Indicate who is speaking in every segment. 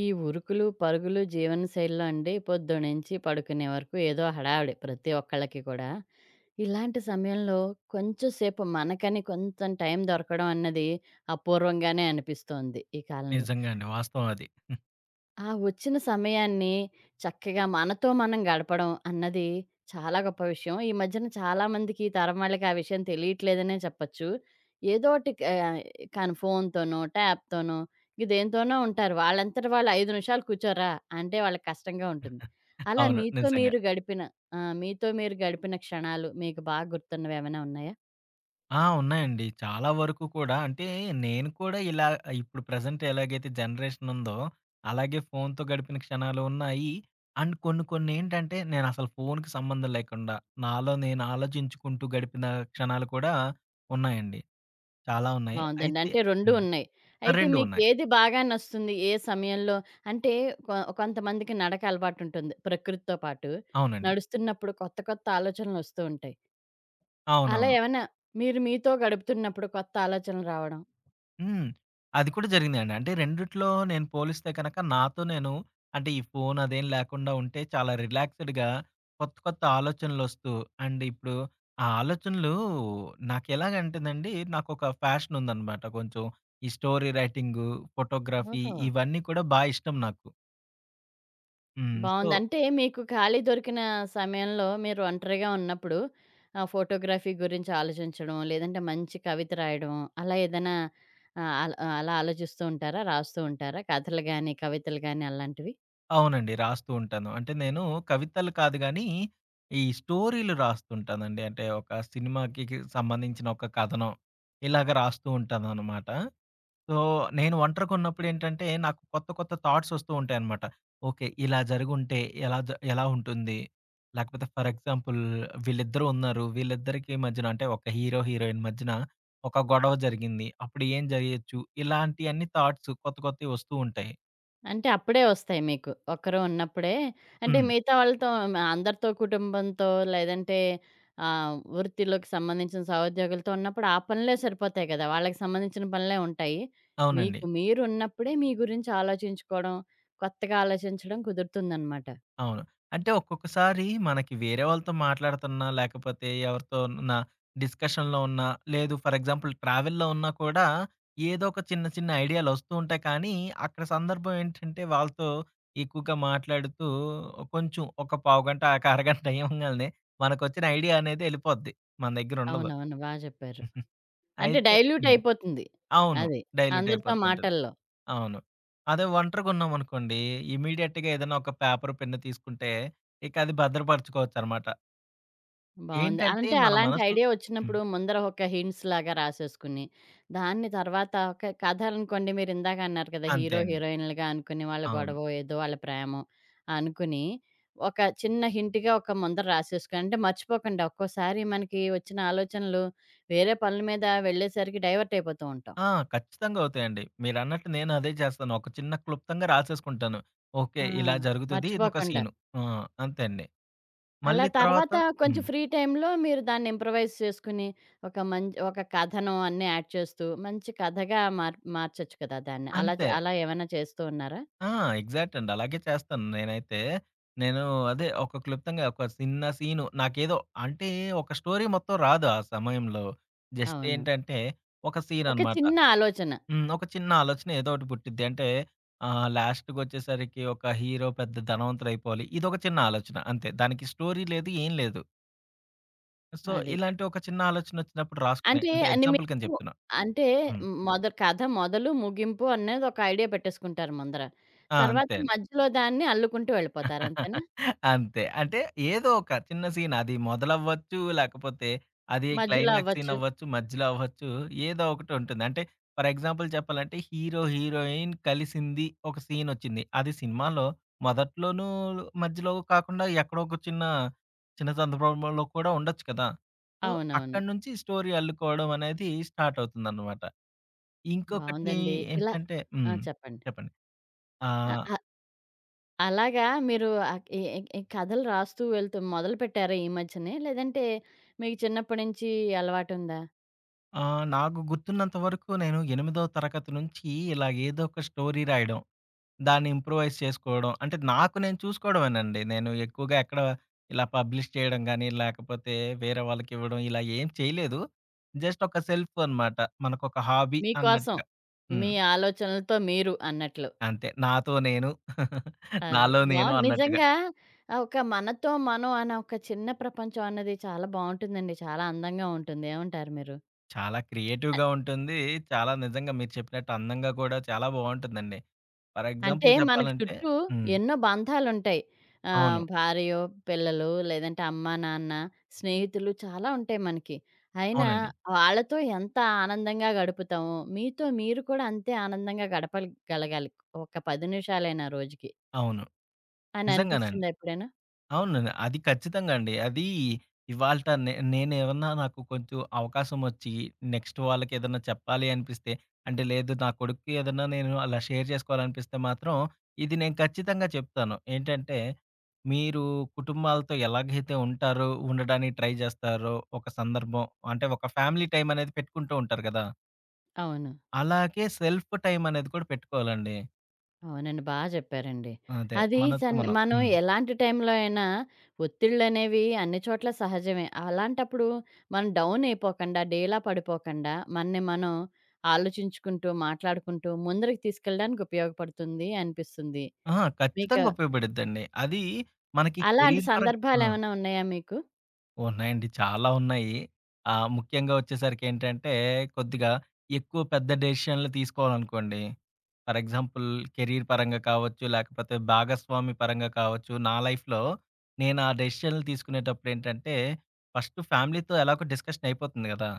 Speaker 1: ఈ ఉరుకులు, పరుగులు జీవనశైలిలో అండి, పొద్దున్నుంచి పడుకునే వరకు ఏదో హడావిడి ప్రతి ఒక్కళ్ళకి కూడా. ఇలాంటి సమయంలో కొంచెం సేపు మనకని కొంచెం టైం దొరకడం అన్నది అపూర్వంగానే అనిపిస్తోంది ఈ కాలంలో.
Speaker 2: నిజంగా అండి. వాస్తవం అది.
Speaker 1: ఆ! వచ్చిన సమయాన్ని చక్కగా మనతో మనం గడపడం అన్నది చాలా గొప్ప విషయం. ఈ మధ్యన చాలామందికి, ఈ తరం వాళ్ళకి ఆ విషయం తెలియట్లేదనే చెప్పొచ్చు. ఏదోటి క కానీ ఫోన్‌తోనో, ట్యాబ్‌తోనో దేనితోనో ఉంటారు. వాళ్ళంతట వాళ్ళు 5 నిమిషాలు కూర్చోరా అంటే వాళ్ళకి కష్టంగా ఉంటుంది. అలా
Speaker 2: అవును.
Speaker 1: మీతో
Speaker 2: నిజంగా.
Speaker 1: మీరు గడిపిన ఆ! మీతో మీరు గడిపిన క్షణాలు మీకు బాగా గుర్తున్నవేమైనా ఉన్నాయా?
Speaker 2: ఆ! ఉన్నాయండి. చాలా వరకు కూడా అంటే నేను కూడా ఇలా ఇప్పుడు ప్రెజెంట్ ఎలాగైతే జనరేషన్ ఉందో, అలాగే ఫోన్‌తో గడిపిన క్షణాలు ఉన్నాయి. అండ్ కొన్ని కొన్ని ఏంటంటే నేనసలు ఫోన్‌కి సంబంధం లేకుండా నాలో నేను ఆలోచించుకుంటూ గడిపిన క్షణాలు కూడా ఉన్నాయండి. చాలా ఉన్నాయి.
Speaker 1: బావుందండి.
Speaker 2: అయితే
Speaker 1: అంటే 2
Speaker 2: హ్మ్.
Speaker 1: ఉన్నాయి. అయితే
Speaker 2: 2 ఉన్నాయి.
Speaker 1: మీకేది బాగా నచ్చుతుంది? ఏ సమయంలో అంటే కొంతమందికి నడక అలవాటుంటుంది ప్రకృతితో పాటు.
Speaker 2: అవునండి.
Speaker 1: నడుస్తున్నప్పుడు కొత్త కొత్త ఆలోచనలొస్తూ ఉంటాయి. అలా
Speaker 2: అవునవును.
Speaker 1: ఏమన్నా మీరు మీతో గడుపుతున్నప్పుడు కొత్త ఆలోచనలు రావడం?
Speaker 2: హ్మ్. అది కూడా జరిగిందండి. అంటే రెండిట్లో నేను పోలిస్తే కనక నాతో నేను అంటే ఈ ఫోను అదేం లేకుండా ఉంటే చాలా రిలాక్స్‌డ్‌గా కొత్త, కొత్త ఆలోచనలొస్తూ అండ్ ఇప్పుడు ఆ ఆలోచనలు నాకెలాగంటేనండి, నాకొక ఫ్యాషన్ ఉందనమాట కొంచెం. ఈ స్టోరీ రైటింగు, ఫోటోగ్రఫీ
Speaker 1: ఓహో!
Speaker 2: ఇవన్నీ కూడా బా ఇష్టం నాకు. హ్మ్. సో
Speaker 1: బావుంది. అంటే మీకు ఖాళీ దొరికిన సమయంలో మీరు ఒంటరిగా ఉన్నప్పుడు ఆహ్, ఫోటోగ్రఫీ గురించి ఆలోచించడం, లేదంటే మంచి కవిత రాయడం, అలా ఏదైనా ఆహ్, అలా ఆలోచిస్తూ ఉంటారా? రాస్తూ ఉంటారా? కథలు గాని, కవితలు గాని అలాంటివి?
Speaker 2: అవునండి, రాస్తూ ఉంటాను. అంటే నేను కవితలు కాదు గానీ, ఈ స్టోరీలు రాస్తుంటానండి. అంటే ఒక సినిమాకి సంబంధించిన ఒక కథనం ఇలాగ రాస్తూ ఉంటాననమాట. సో, నేను ఒంటరిగున్నప్పుడేంటంటే, నాకు కొత్త కొత్త థాట్స్ వస్తూ ఉంటాయనమాట. ఓకే. ఇలా జరిగుంటే ఎలా ఉంటుంది? లేకపోతే ఫర్ ఎగ్జాంపుల్ వీళ్ళిద్దరు ఉన్నారు. వీళ్ళిద్దరికి మధ్యన అంటే ఒక హీరో, హీరోయిన్ మధ్యన ఒక గొడవ జరిగింది. అప్పుడు ఏం జరగచ్చు? ఇలాంటియన్ని థాట్స్ కొత్త కొత్తయి వస్తూ ఉంటాయి.
Speaker 1: అంటే అప్పుడే ఒస్తాయి మీకు. ఒక్కరు ఉన్నప్పుడే. అంటే
Speaker 2: హ్మ్.
Speaker 1: మిగతా వాళ్ళతో, అందరితో కుటుంబంతో, లేదంటే ఆహ్, వృత్తిలోకి సంబంధించిన సహోద్యోగులతో ఉన్నప్పుడు ఆ పనులే సరిపోతాయి కదా! వాళ్ళకి సంబంధించిన పనులే ఉంటాయి.
Speaker 2: అవునండి.
Speaker 1: మీకు మీరున్నప్పుడే మీ గురించి ఆలోచించుకోవడం, కొత్తగా ఆలోచించడం కుదురుతుందనమాట.
Speaker 2: అవును. అంటే ఒక్కొక్కసారి మనకి వేరే వాళ్ళతో మాట్లాడుతున్నా, లేకపోతే ఎవరితో ఉన్న డిస్కషన్‌లో ఉన్నా, లేదు ఫర్ ఎగ్జాంపుల్ ట్రావెల్‌లో ఉన్నా కూడా ఏదో ఒక చిన్న చిన్న ఐడియాలు వస్తూ ఉంటాయి. కానీ అక్కడ సందర్భం ఏంటంటే వాళ్ళతో ఎక్కువగా మాట్లాడుతూ కొంచెం ఒక పావుగంట, ఒక అరగంట అయ్యంగాల్నే మనకొచ్చిన ఐడియా అనేది ఎళ్ళిపోద్ది. మన దగ్గర ఉండదు.
Speaker 1: అవునవును. బా జెప్పారు. అంటే
Speaker 2: అయితే
Speaker 1: డైల్యూట్
Speaker 2: హ్మ్.
Speaker 1: అయిపోతుంది.
Speaker 2: అవును.
Speaker 1: అది.
Speaker 2: డైల్యూట్
Speaker 1: అందరితో
Speaker 2: అయిపోతూ ఉంటది.
Speaker 1: మాటల్లో.
Speaker 2: అవును. అదే ఒంటరిగున్నామనుకోండి, ఇమ్మీడియేట్‌గా ఏదైనా ఒక పేపర్, పెన్ను తీసుకుంటే, ఇక అది భద్రపరచుకోవచ్చనమాట.
Speaker 1: బావుంది.
Speaker 2: ఏంటంటే
Speaker 1: అంటే
Speaker 2: మన
Speaker 1: అలాంటి
Speaker 2: మనసు
Speaker 1: ఐడియా
Speaker 2: హ్మ్.
Speaker 1: వచ్చినప్పుడు ముందర ఒక హింట్స్ లాగా రాసేసుకుని, దాన్ని తర్వాత ఒక కథ అనుకోండి, మీరిందాక అన్నారు కదా!
Speaker 2: అంతే
Speaker 1: హీరో,
Speaker 2: అండి.
Speaker 1: హీరోయిన్‌లుగా అనుకుని వాళ్ళ
Speaker 2: అవును.
Speaker 1: గొడవో, ఏదో వాళ్ళ ప్రేమో అనుకుని, ఒక చిన్న హింట్‌గా ఒక ముందర రాసేసుకొని, అంటే మర్చిపోకుండా. ఒక్కోసారి మనకి వచ్చిన ఆలోచనలు వేరే పనుల మీద వెళ్ళేసరికి డైవర్ట్ అయిపోతూ ఉంటాం.
Speaker 2: ఆ! ఖచ్చితంగా అవుతాయండి. మీరన్నట్టు నేను అదే చేస్తాను. ఒక చిన్న క్లుప్తంగా రాసేసుకుంటాను. ఓకే.
Speaker 1: ఆ!
Speaker 2: ఇలా జరుగుతది. ఇదొక
Speaker 1: మర్చిపోకుండా.
Speaker 2: సీను. ఆ! అంతే అండి.
Speaker 1: అలా
Speaker 2: మళ్ళీ తర్వాత
Speaker 1: తర్వాత కొంచెం
Speaker 2: హ్మ్.
Speaker 1: ఫ్రీ టైమ్‌లో మీరు దాన్ని ఇంప్రవైజ్ చేసుకొని, ఒక మంచి ఒక కథనం అన్నీ యాడ్ చేస్తూ, మంచి కథగా మార్చొచ్చు కదా దాన్ని. అలా
Speaker 2: అంతే.
Speaker 1: చ అలా ఏమైనా చేస్తూ ఉన్నారా?
Speaker 2: ఆ! ఎగ్జాక్ట్ అండి. అలాగే చేస్తాను నేనైతే. నేను అదే ఒక క్లుప్తంగా ఒక చిన్న సీను నాకేదో అంటే ఒక స్టోరీ మొత్తం రాదు ఆ సమయంలో. జస్ట్
Speaker 1: అవును.
Speaker 2: ఏంటంటే ఒక సీన్
Speaker 1: ఒక
Speaker 2: అనమాట.
Speaker 1: చిన్న ఆలోచన.
Speaker 2: హ్మ్. ఒక చిన్న ఆలోచన ఏదో ఒకటి పుట్టిద్ది. అంటే ఆహ్, లాస్ట్‌కొచ్చేసరికి ఒక హీరో పెద్ద ధనవంతుడయిపోవాలి. ఇదొక చిన్న ఆలోచన అంతే. దానికి స్టోరీ లేదు, ఏం లేదు. సో,
Speaker 1: అది.
Speaker 2: ఇలాంటి ఒక చిన్న ఆలోచన వచ్చినప్పుడు రాసుకునే
Speaker 1: అంటే
Speaker 2: అంటే
Speaker 1: అని
Speaker 2: ఎగ్జాంపుల్ కింద
Speaker 1: మీకు
Speaker 2: చెప్తున్నా.
Speaker 1: అంటే
Speaker 2: హ్మ్.
Speaker 1: కథ మొదలు, ముగింపు అనేది ఒక ఐడియా పెట్టేసుకుంటారు ముందర.
Speaker 2: ఆ!
Speaker 1: తర్వాత
Speaker 2: అంతే.
Speaker 1: మధ్యలో దాన్ని అల్లుకుంటూ వెళ్ళిపోతారు. అంతేనా?
Speaker 2: అంతే. అంటే ఏదో ఒక చిన్న సీన్ అది మొదలవ్వచ్చు, లేకపోతే అది
Speaker 1: మధ్యలో
Speaker 2: క్లైమాక్స్ సీన్
Speaker 1: అవ్వచ్చు.
Speaker 2: అవ్వచ్చు, మధ్యలో అవ్వచ్చు. ఏదో ఒకటి ఉంటుంది. అంటే ఫర్ ఎగ్జాంపుల్ చెప్పాలంటే హీరో, హీరోయిన్ కలిసింది ఒక సీన్ ఒచ్చింది. అది సినిమాలో మొదట్లోనూ, మధ్యలో కాకుండా ఎక్కడో ఒక చిన్న, చిన్న సందర్భంలో కూడా ఉండొచ్చు కదా! సో,
Speaker 1: అవునవును.
Speaker 2: అక్కడి నుంచి స్టోరీ అల్లుకోవడం అనేది స్టార్ట్ అవుతుందన్నమాట. ఇంకొకటి
Speaker 1: బావుందండి. ఇలా,
Speaker 2: ఏంటంటే
Speaker 1: ఆ!
Speaker 2: హ్మ్.
Speaker 1: చెప్పండి.
Speaker 2: చెప్పండి. ఆ!
Speaker 1: ఆ! అలాగా మీరు ఈ ఈ ఈ కథలు రాస్తూ వెళ్తూ మొదలుపెట్టారా ఈ మధ్యనే? లేదంటే మీకు చిన్నప్పటి నుంచి అలవాటుందా?
Speaker 2: ఆ! నాకు గుర్తున్నంత వరకు నేను ఎనిమిదో తరగతి నుంచి ఇలా ఏదో ఒక స్టోరీ రాయడం, దాన్ని ఇంప్రూవైజ్ చేసుకోవడం. అంటే నాకు నేను చూసుకోవడమేనండి. నేను ఎక్కువగా ఎక్కడ ఇలా పబ్లిష్ చేయడం గాని, లేకపోతే వేరే వాళ్ళకివ్వడం ఇలా ఏం చేయలేదు. జస్ట్ ఒక సెల్ఫ్ అనమాట. మనకొక హాబీ
Speaker 1: మీకోసం,
Speaker 2: అన్నట్టుగా.
Speaker 1: మీ
Speaker 2: హ్మ్.
Speaker 1: ఆలోచనలతో మీరు అన్నట్లు.
Speaker 2: అంతే. నాతో నేను,
Speaker 1: అది.
Speaker 2: నాలో నేను
Speaker 1: బావుంది.
Speaker 2: అన్నట్టుగా.
Speaker 1: నిజంగా ఆహ్, ఒక మనతో మనం అనే ఒక చిన్న ప్రపంచం అన్నది చాలా బావుంటుందండి. చాలా అందంగా ఉంటుంది. ఏమంటారు మీరు?
Speaker 2: చాలా క్రియేటివ్‌గా ఉంటుంది. చాలా, నిజంగా మీరు చెప్పినట్టు అందంగా కూడా చాలా బావుంటుందండి. ఫర్
Speaker 1: అంటే
Speaker 2: ఎగ్జాంపుల్
Speaker 1: మనకు
Speaker 2: చెప్పాలంటే
Speaker 1: చుట్టూ
Speaker 2: హ్మ్.
Speaker 1: ఎన్నో బంధాలుంటాయి.
Speaker 2: అవును.
Speaker 1: ఆహ్, భార్యో, పిల్లలు, లేదంటే అమ్మా, నాన్న, స్నేహితులు చాలా ఉంటాయి మనకి. అయినా
Speaker 2: అవునండి.
Speaker 1: వాళ్ళతో ఎంత ఆనందంగా గడుపుతామో, మీతో మీరు కూడా అంతే ఆనందంగా గలగాలి. ఒక 10 నిమిషాలైనా రోజుకి
Speaker 2: అవును.
Speaker 1: అని
Speaker 2: నిజంగానండి.
Speaker 1: అనిపిచ్చిందా ఎప్పుడైనా?
Speaker 2: అవునండి. అది ఖచ్చితంగా అండి. అది ఇవాల్ట నేనేమన్నా నాకు కొంచెం అవకాశమొచ్చి, నెక్స్ట్ వాళ్ళకేదన్నా చెప్పాలి అనిపిస్తే, అంటే లేదు నా కొడుక్కి ఏదన్నా నేను అలా షేర్ చేసుకోవాలనిపిస్తే మాత్రం, ఇది నేను ఖచ్చితంగా చెప్తాను. ఏంటంటే, మీరు కుటుంబాలతో ఎలాగైతే ఉంటారో, ఉండడానికి ట్రై జేస్తారో, ఒక సందర్భం అంటే ఒక ఫ్యామిలీ టైమనేది పెట్టుకుంటూ ఉంటారు గదా!
Speaker 1: అవును.
Speaker 2: అలాగే సెల్ఫ్ టైమనేది కూడా పెట్టుకోవాలండి.
Speaker 1: అవునండి. బా జెప్పారండి.
Speaker 2: అదే,
Speaker 1: అది
Speaker 2: మనతో మనం.
Speaker 1: మనం
Speaker 2: హ్మ్.
Speaker 1: ఎలాంటి టైంలో అయినా ఒత్తిళ్ళనేవి అన్ని చోట్ల సహజమే. అలాంటప్పుడు మనం డౌన్ అయిపోకండా, డీలా పడిపోకండా మనని మనం ఆలోచించుకుంటూ, మాట్లాడుకుంటూ ముందరికి తీసుకెళ్ళడానికి ఉపయోగపడుతుంది అనిపిస్తుంది.
Speaker 2: అహా!
Speaker 1: మీకు
Speaker 2: ఖచ్చితంగా ఉపయోగపడిద్దండి. అది మనకి
Speaker 1: అలాంటి
Speaker 2: కెరీర్ పరంగా ఆ!
Speaker 1: సందర్భాలేమైనా ఉన్నాయా మీకు?
Speaker 2: ఉన్నాయండి. చాలా ఉన్నాయి. ఆహ్, ముఖ్యంగా వచ్చేసరికేంటంటే, కొద్దిగా ఎక్కువ పెద్ద డెసిషన్‌లు తీసుకోవాలనుకోండి. ఫర్ ఎగ్జాంపుల్ కెరీర్ పరంగా కావచ్చు, లేకపోతే భాగస్వామి పరంగా కావచ్చు. నా లైఫ్‌లో నేను ఆ డెసిషన్‌లు తీసుకునేటప్పుడేంటంటే, ఫస్ట్ ఫ్యామిలీతో ఎలాగో డిస్కషన్ అయిపోతుంది గదా!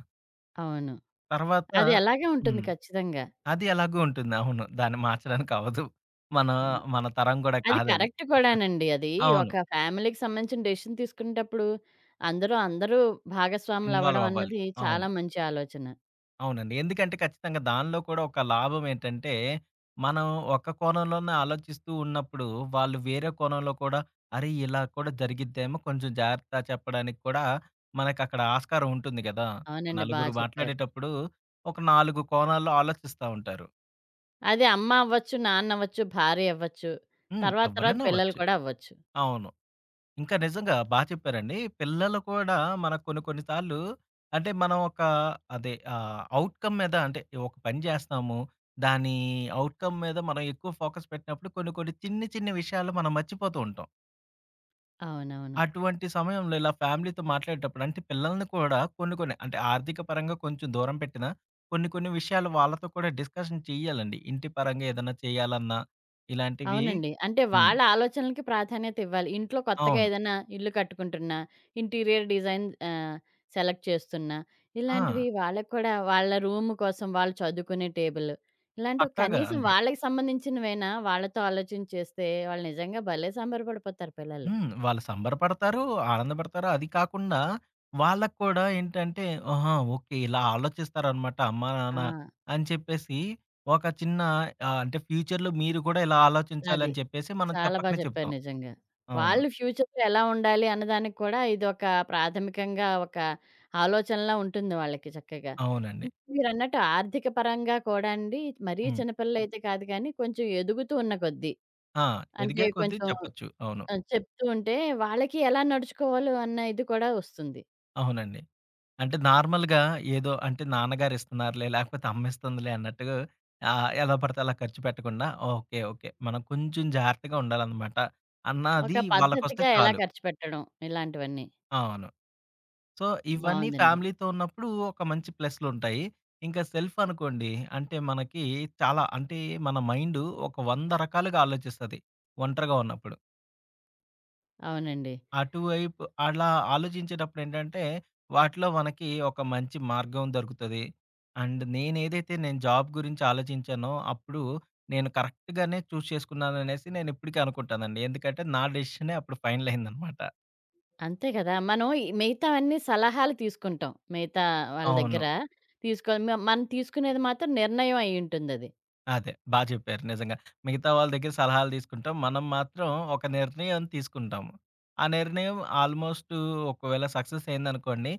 Speaker 1: అవును.
Speaker 2: తర్వాత
Speaker 1: అది ఎలాగే ఉంటుంది
Speaker 2: హ్మ్.
Speaker 1: ఖచ్చితంగా.
Speaker 2: అది ఎలాగో ఉంటుంది. అవును. దాన్ని మార్చడానికి అవ్వదు. మన
Speaker 1: ఆ!
Speaker 2: మన తరం గూడా
Speaker 1: అది
Speaker 2: కాదది.
Speaker 1: కరెక్ట్ కూడానండి. అది
Speaker 2: అవును.
Speaker 1: ఒక ఫ్యామిలీకి సంబంధించిన డెసిషన్ తీసుకునేటప్పుడు అందులో అందరూ
Speaker 2: ఇన్వాల్వ్
Speaker 1: భాగస్వాములవ్వడం
Speaker 2: అవ్వాలి.
Speaker 1: అన్నది
Speaker 2: అవును.
Speaker 1: చాలా మంచి ఆలోచన.
Speaker 2: అవునండి. ఎందుకంటే ఖచ్చితంగా దానిలో కూడా ఒక లాభం ఏంటంటే, మనం ఒక కోణంలోనే ఆలోచిస్తూ ఉన్నప్పుడు, వాళ్ళు వేరే కోణంలో కూడా అరే! ఇలా కూడా జరిగిద్దేమో కొంచెం జాగ్రత్త చెప్పడానికి కూడా మనకక్కడ ఆస్కారం ఉంటుంది గదా!
Speaker 1: అవునండి. బా
Speaker 2: నలుగురు
Speaker 1: చెప్పారు.
Speaker 2: మాట్లాడేటప్పుడు ఒక 4 కోణాల్లో ఆలోచిస్తా ఉంటారు.
Speaker 1: అది అమ్మ అవ్వచ్చు, నాన్న అవ్వచ్చు, భార్య అవ్వచ్చు.
Speaker 2: హ్మ్.
Speaker 1: తర్వాత తర్వాత
Speaker 2: ఎవరైనా
Speaker 1: పిల్లలు
Speaker 2: అవ్వచ్చు.
Speaker 1: కూడా అవ్వచ్చు.
Speaker 2: అవును. ఇంకా నిజంగా బా చెప్పారండి. పిల్లలు కూడా మనకు కొన్ని కొన్ని సార్లు అంటే మనం ఒక అదే ఆహ్, ఔట్‌కమ్ మీద అంటే ఒక పని చేస్తాము. దాని ఔట్‌కమ్ మీద మనం ఎక్కువ ఫోకస్ పెట్టినప్పుడు కొన్ని కొన్ని చిన్ని చిన్ని విషయాలు మనం మర్చిపోతూ ఉంటాం.
Speaker 1: అవునవును.
Speaker 2: అటువంటి సమయంలో ఇలా ఫ్యామిలీతో మాట్లాడేటప్పుడు అంటే పిల్లల్ని కూడా కొన్ని కొన్ని అంటే ఆర్థిక పరంగా కొంచెం దూరం పెట్టినా, కొన్ని కొన్ని విషయాలు వాళ్ళతో కూడా డిస్కషన్ చేయాలండి. ఇంటి పరంగా ఏదైనా చేయాలన్నా ఇలాంటివి
Speaker 1: అవునండి. అంటే
Speaker 2: హ్మ్.
Speaker 1: వాళ్ళ ఆలోచనలకి ప్రాధాన్యత ఇవ్వాలి. ఇంట్లో కొత్తగా
Speaker 2: అవును.
Speaker 1: ఏదైనా ఇల్లు కట్టుకుంటున్నా, ఇంటీరియర్ డిజైన్ ఆహ్, సెలెక్ట్ చేస్తున్నా,
Speaker 2: ఆ!
Speaker 1: ఇలాంటివి వాళ్ళకి కూడా, వాళ్ళ రూమ్ కోసం వాళ్ళు చదువుకునే టేబుల్, ఇలాంటివి
Speaker 2: పక్కాగా
Speaker 1: కనీసం
Speaker 2: అండి.
Speaker 1: వాళ్ళకి సంబంధించినవైనా వాళ్ళతో ఆలోచించి చేస్తే వాళ్ళు నిజంగా భలే సంబరపడిపోతారు పిల్లలు.
Speaker 2: హ్మ్. వాళ్ళు సంబరపడతారు, ఆనందపడతారు. అది కాకుండా వాళ్ళకి కూడా ఏంటంటే, ఆహా! ఓకే. ఇలా ఆలోచిస్తారనమాట అమ్మా,
Speaker 1: ఆ!
Speaker 2: నాన్న అని చెప్పేసి ఒక చిన్న ఆహ్, అంటే ఫ్యూచర్‌లో మీరు కూడా ఇలా
Speaker 1: అది.
Speaker 2: ఆలోచించాలని చెప్పేసి మనం
Speaker 1: చాలా బా
Speaker 2: చెప్పకనే
Speaker 1: చెప్పారు
Speaker 2: చెప్తాం.
Speaker 1: నిజంగా.
Speaker 2: అవును.
Speaker 1: వాళ్ళు ఫ్యూచర్‌లో ఎలా ఉండాలి అన్నదానికి కూడా ఇదొక ప్రాథమికంగా ఒక ఆలోచనలా ఉంటుంది వాళ్ళకి చక్కగా.
Speaker 2: అవునండి.
Speaker 1: ఇంక మీరన్నట్టు ఆర్థిక పరంగా కూడా అండి, మరీ
Speaker 2: హ్మ్.
Speaker 1: చిన్నపిల్లలైతే కాదు కానీ కొంచెం ఎదుగుతూ ఉన్న కొద్దీ,
Speaker 2: ఆ!
Speaker 1: అంటే
Speaker 2: ఎదిగే కొద్దీ
Speaker 1: కొంచెం
Speaker 2: చెప్పొచ్చు. అవును.
Speaker 1: ఆహ్, చెప్తూ ఉంటే వాళ్ళకి ఎలా నడుచుకోవాలో అన్న ఇది కూడా వస్తుంది.
Speaker 2: అవునండి. అంటే నార్మల్‌గా ఏదో అంటే నాన్నగారు ఇస్తున్నారులే, లేకపోతే అమ్మిస్తుందిలే అన్నట్టుగా ఆహ్, ఎలా పడితే అలా ఖర్చు పెట్టకుండా ఓకే. ఓకే. మనం కొంచెం జాగ్రత్తగా ఉండాలనమాట అన్నది
Speaker 1: ఒక
Speaker 2: వాళ్ళకొస్తే
Speaker 1: పద్ధతిగా ఎలా
Speaker 2: చాలు.
Speaker 1: ఖర్చు పెట్టడం, ఇలాంటివన్నీ.
Speaker 2: అవును. సో, ఇవన్నీ
Speaker 1: బావుందండి.
Speaker 2: ఫ్యామిలీతో ఉన్నప్పుడు ఒక మంచి ప్లస్‌లుంటాయి. ఇంకా సెల్ఫ్ అనుకోండి అంటే మనకి చాలా అంటే మన మైండు ఒక 100 రకాలుగా ఆలోచిస్తది ఒంటరిగా ఉన్నప్పుడు.
Speaker 1: అవునండి.
Speaker 2: అటువైపు అలా ఆలోచించేటప్పుడేంటంటే, వాటిలో మనకి ఒక మంచి మార్గం దొరుకుతది. అండ్ నేనేదైతే నేను జాబ్ గురించి ఆలోచించానో, అప్పుడు నేను కరెక్ట్‌గానే చేసుకున్నాననేసి నేనిప్పటికి అనుకుంటానండి. ఎందుకంటే, నా డెసిషనే అప్పుడు ఫైనల్ అయిందనమాట.
Speaker 1: అంతే కదా! మనం ఈ మిగతావన్నీ సలహాలు తీసుకుంటాం. మిగతా వాళ్ళ
Speaker 2: అవును.
Speaker 1: దగ్గర తీసుకో మ మనం తీసుకునేది మాత్రం నిర్ణయం అయ్యుంటుందది.
Speaker 2: అదే. బా జెప్పారు నిజంగా. మిగతా వాళ్ళ దగ్గర సలహాలు తీసుకుంటాం. మనం మాత్రం ఒక నిర్ణయం తీసుకుంటాము. ఆ నిర్ణయం ఆల్‌మోస్టు ఒకవేళ సక్సెస్ అయిందనుకోండి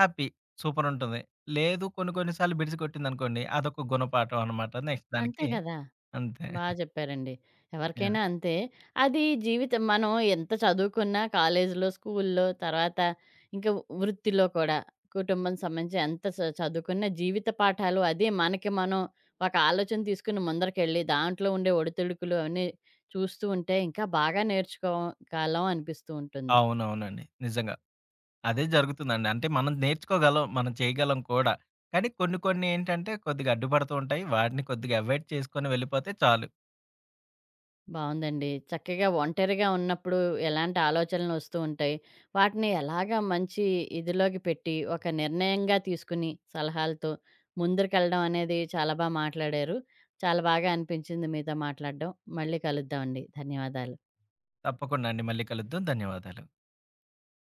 Speaker 2: హ్యాపీ. సూపరుంటుంది. లేదు కొన్ని కొన్ని సార్లు బిడిసికొట్టిందనుకోండి అదొక గుణపాఠం అనమాట నెక్స్ట్
Speaker 1: అంతే
Speaker 2: దానికి.
Speaker 1: కదా!
Speaker 2: అంతే.
Speaker 1: బా చెప్పారండి.
Speaker 2: యాహ్!
Speaker 1: ఎవరికైనా అంతే. అది జీవితం. మనం ఎంత చదువుకున్నా కాలేజీలో, స్కూల్లో, తర్వాత ఇంకా వృత్తిలో కూడా, కుటుంబం సంబంధించి ఎంత చదువుకున్నా, జీవిత పాఠాలు అదే. మనకి మనం ఒక ఆలోచన తీసుకుని ముందరికెళ్ళి దాంట్లో ఉండే ఒడిదుడుకులు అవన్నీ చూస్తూ ఉంటే ఇంకా బాగా నేర్చుకోగలం అనిపిస్తూ ఉంటుంది.
Speaker 2: అవునవునండి. నిజంగా. అదే జరుగుతుందండి. అంటే మనం నేర్చుకోగలం. మనం చేయగలం కూడా. కానీ కొన్ని కొన్ని ఏంటంటే కొద్దిగా అడ్డుపడుతూ ఉంటాయి. వాటిని కొద్దిగా అవాయిడ్ చేసుకొని వెళ్ళిపోతే చాలు.
Speaker 1: బావుందండి. చక్కగా ఒంటరిగా ఉన్నప్పుడు ఎలాంటి ఆలోచనలు ఒస్తూ ఉంటాయి. వాటిని ఎలాగా మంచి ఇదిలోకి పెట్టి, ఒక నిర్ణయంగా తీసుకుని సలహాలతో ముందరికెళ్ళడం అనేది, చాలా బా మాట్లాడారు. చాలా బాగా అనిపించింది మీతో మాట్లాడడం. మళ్ళీ కలుద్దామండి. ధన్యవాదాలు.
Speaker 2: తప్పకుండా అండి. మళ్ళీ కలుద్దాం. ధన్యవాదాలు.